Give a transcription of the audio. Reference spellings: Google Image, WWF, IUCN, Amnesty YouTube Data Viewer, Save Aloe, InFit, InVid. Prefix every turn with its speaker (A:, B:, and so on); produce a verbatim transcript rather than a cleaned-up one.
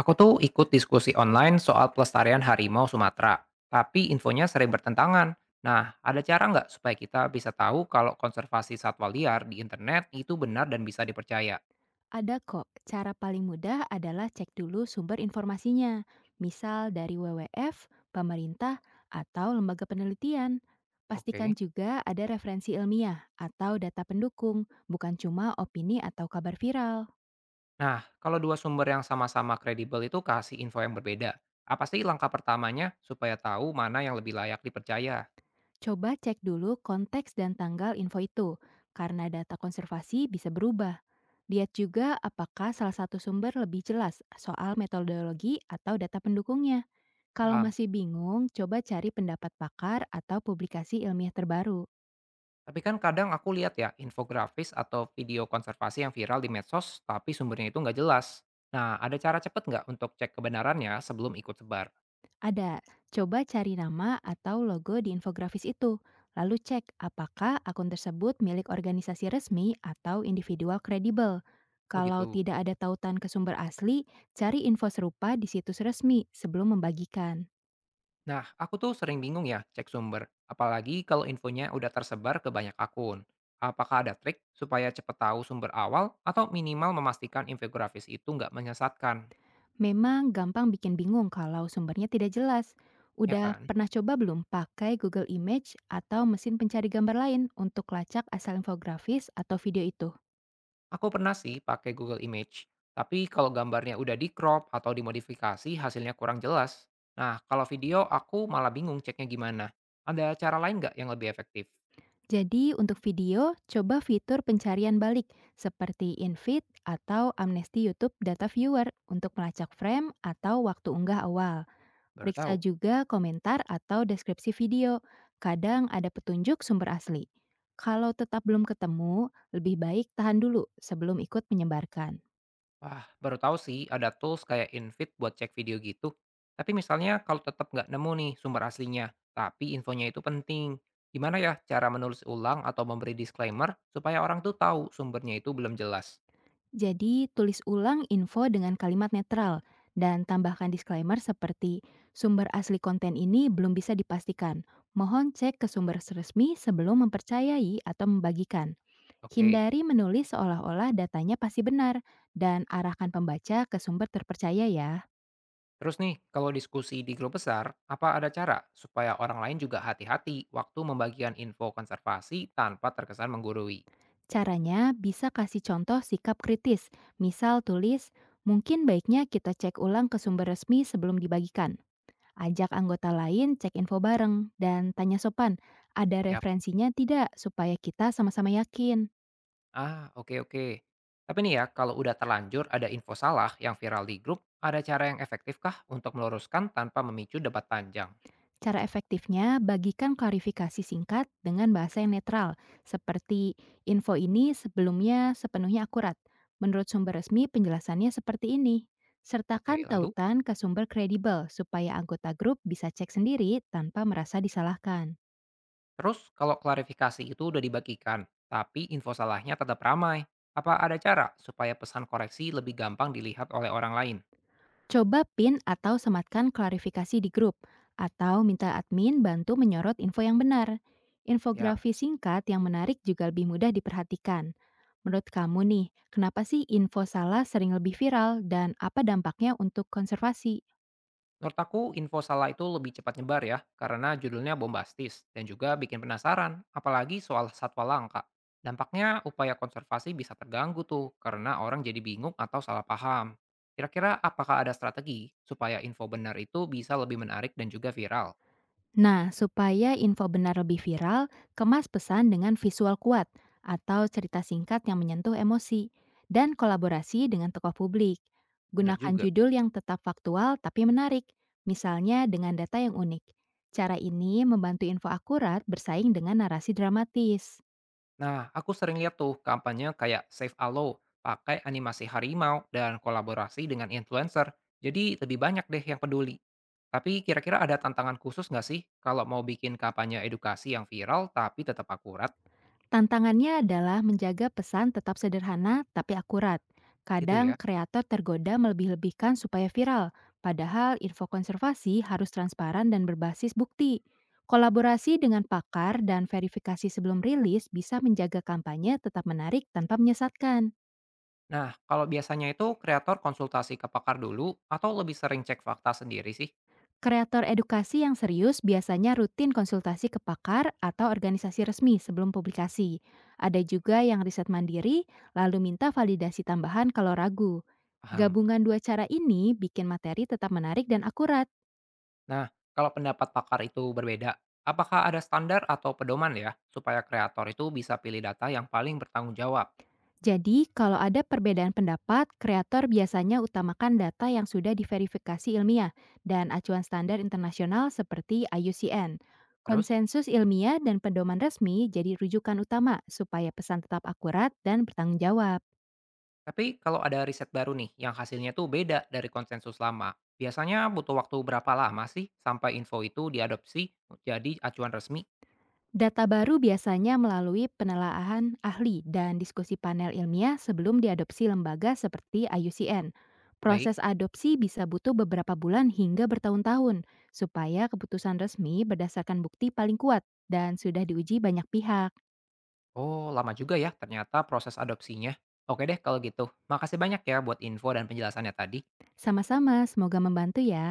A: Aku tuh ikut diskusi online soal pelestarian harimau Sumatera, tapi infonya sering bertentangan. Nah, ada cara nggak supaya kita bisa tahu kalau konservasi satwa liar di internet itu benar dan bisa dipercaya?
B: Ada kok, cara paling mudah adalah cek dulu sumber informasinya, misal dari W W F, pemerintah, atau lembaga penelitian. Pastikan
A: Oke.
B: juga ada referensi ilmiah atau data pendukung, bukan cuma opini atau kabar viral.
A: Nah, kalau dua sumber yang sama-sama kredibel itu kasih info yang berbeda, apa sih langkah pertamanya supaya tahu mana yang lebih layak dipercaya?
B: Coba cek dulu konteks dan tanggal info itu, karena data konservasi bisa berubah. Lihat juga apakah salah satu sumber lebih jelas soal metodologi atau data pendukungnya. Kalau
A: Paham?
B: masih bingung, coba cari pendapat pakar atau publikasi ilmiah terbaru.
A: Tapi kan kadang aku lihat ya infografis atau video konservasi yang viral di medsos, tapi sumbernya itu nggak jelas. Nah, ada cara cepet nggak untuk cek kebenarannya sebelum ikut sebar?
B: Ada, coba cari nama atau logo di infografis itu, lalu cek apakah akun tersebut milik organisasi resmi atau individual kredibel.
A: Oh
B: Kalau
A: gitu.
B: tidak ada tautan ke sumber asli, cari info serupa di situs resmi sebelum membagikan.
A: Nah, aku tuh sering bingung ya cek sumber, apalagi kalau infonya udah tersebar ke banyak akun. Apakah ada trik supaya cepet tahu sumber awal atau minimal memastikan infografis itu nggak menyesatkan?
B: Memang gampang bikin bingung kalau sumbernya tidak jelas.
A: Ya
B: Udah
A: kan?
B: pernah coba belum pakai Google Image atau mesin pencari gambar lain untuk lacak asal infografis atau video itu?
A: Aku pernah sih pakai Google Image, tapi kalau gambarnya udah di crop atau dimodifikasi hasilnya kurang jelas. Nah, kalau video aku malah bingung ceknya gimana. Ada cara lain nggak yang lebih efektif?
B: Jadi untuk video, coba fitur pencarian balik seperti InFit atau Amnesty YouTube Data Viewer untuk melacak frame atau waktu unggah awal.
A: Baru tahu.
B: Periksa juga komentar atau deskripsi video. Kadang ada petunjuk sumber asli. Kalau tetap belum ketemu, lebih baik tahan dulu sebelum ikut menyebarkan.
A: Wah, baru tahu sih ada tools kayak InVid buat cek video gitu. Tapi misalnya kalau tetap nggak nemu nih sumber aslinya, tapi infonya itu penting. Gimana ya cara menulis ulang atau memberi disclaimer supaya orang tuh tahu sumbernya itu belum jelas?
B: Jadi, tulis ulang info dengan kalimat netral dan tambahkan disclaimer seperti, "Sumber asli konten ini belum bisa dipastikan. Mohon cek ke sumber resmi sebelum mempercayai atau membagikan."
A: Oke.
B: Hindari menulis seolah-olah datanya pasti benar, dan arahkan pembaca ke sumber terpercaya ya.
A: Terus nih, kalau diskusi di grup besar, apa ada cara supaya orang lain juga hati-hati waktu membagikan info konservasi tanpa terkesan menggurui?
B: Caranya bisa kasih contoh sikap kritis, misal tulis, "Mungkin baiknya kita cek ulang ke sumber resmi sebelum dibagikan." Ajak anggota lain cek info bareng, dan tanya sopan, "Ada
A: Siap.
B: referensinya tidak supaya kita sama-sama yakin."
A: Ah, oke oke. Tapi nih ya, kalau udah terlanjur ada info salah yang viral di grup, ada cara yang efektifkah untuk meluruskan tanpa memicu debat panjang?
B: Cara efektifnya, bagikan klarifikasi singkat dengan bahasa yang netral, seperti, "Info ini sebelumnya sepenuhnya akurat. Menurut sumber resmi, penjelasannya seperti ini."
A: Oke,
B: Sertakan
A: lalu?
B: tautan ke sumber kredibel supaya anggota grup bisa cek sendiri tanpa merasa disalahkan.
A: Terus kalau klarifikasi itu udah dibagikan, tapi info salahnya tetap ramai, apa ada cara supaya pesan koreksi lebih gampang dilihat oleh orang lain?
B: Coba pin atau sematkan klarifikasi di grup, atau minta admin bantu menyorot info yang benar.
A: Siap.
B: Infografi singkat yang menarik juga lebih mudah diperhatikan. Menurut kamu nih, kenapa sih info salah sering lebih viral dan apa dampaknya untuk konservasi?
A: Menurut aku, info salah itu lebih cepat nyebar ya, karena judulnya bombastis dan juga bikin penasaran, apalagi soal satwa langka. Dampaknya upaya konservasi bisa terganggu tuh, karena orang jadi bingung atau salah paham. Kira-kira apakah ada strategi supaya info benar itu bisa lebih menarik dan juga viral?
B: Nah, supaya info benar lebih viral, kemas pesan dengan visual kuat atau cerita singkat yang menyentuh emosi dan kolaborasi dengan tokoh publik.
A: Benar
B: Gunakan
A: juga.
B: judul yang tetap faktual tapi menarik, misalnya dengan data yang unik. Cara ini membantu info akurat bersaing dengan narasi dramatis.
A: Nah, aku sering lihat tuh kampanye kayak Save Aloe, pakai animasi harimau, dan kolaborasi dengan influencer. Jadi lebih banyak deh yang peduli. Tapi kira-kira ada tantangan khusus nggak sih kalau mau bikin kampanye edukasi yang viral tapi tetap akurat
B: Tantangannya adalah menjaga pesan tetap sederhana tapi akurat.
A: gitu
B: Kadang
A: ya?
B: kreator tergoda melebih-lebihkan supaya viral, padahal info konservasi harus transparan dan berbasis bukti. Kolaborasi dengan pakar dan verifikasi sebelum rilis bisa menjaga kampanye tetap menarik tanpa menyesatkan.
A: Nah, kalau biasanya itu kreator konsultasi ke pakar dulu atau lebih sering cek fakta sendiri sih?
B: Kreator edukasi yang serius biasanya rutin konsultasi ke pakar atau organisasi resmi sebelum publikasi. Ada juga yang riset mandiri, lalu minta validasi tambahan kalau ragu.
A: Paham.
B: Gabungan dua cara ini bikin materi tetap menarik dan akurat.
A: Nah, kalau pendapat pakar itu berbeda, apakah ada standar atau pedoman ya supaya kreator itu bisa pilih data yang paling bertanggung jawab?
B: Jadi, kalau ada perbedaan pendapat, kreator biasanya utamakan data yang sudah diverifikasi ilmiah dan acuan standar internasional seperti I U C N.
A: Terus?
B: Konsensus ilmiah dan pedoman resmi jadi rujukan utama supaya pesan tetap akurat dan bertanggung jawab.
A: Tapi kalau ada riset baru nih yang hasilnya tuh beda dari konsensus lama, biasanya butuh waktu berapa lama sih sampai info itu diadopsi jadi acuan resmi?
B: Data baru biasanya melalui penelaahan ahli dan diskusi panel ilmiah sebelum diadopsi lembaga seperti I U C N.
A: Baik.
B: Proses adopsi bisa butuh beberapa bulan hingga bertahun-tahun supaya keputusan resmi berdasarkan bukti paling kuat dan sudah diuji banyak pihak.
A: Oh, lama juga ya ternyata proses adopsinya. Oke deh kalau gitu. Makasih banyak ya buat info dan penjelasannya tadi.
B: Sama-sama, semoga membantu ya.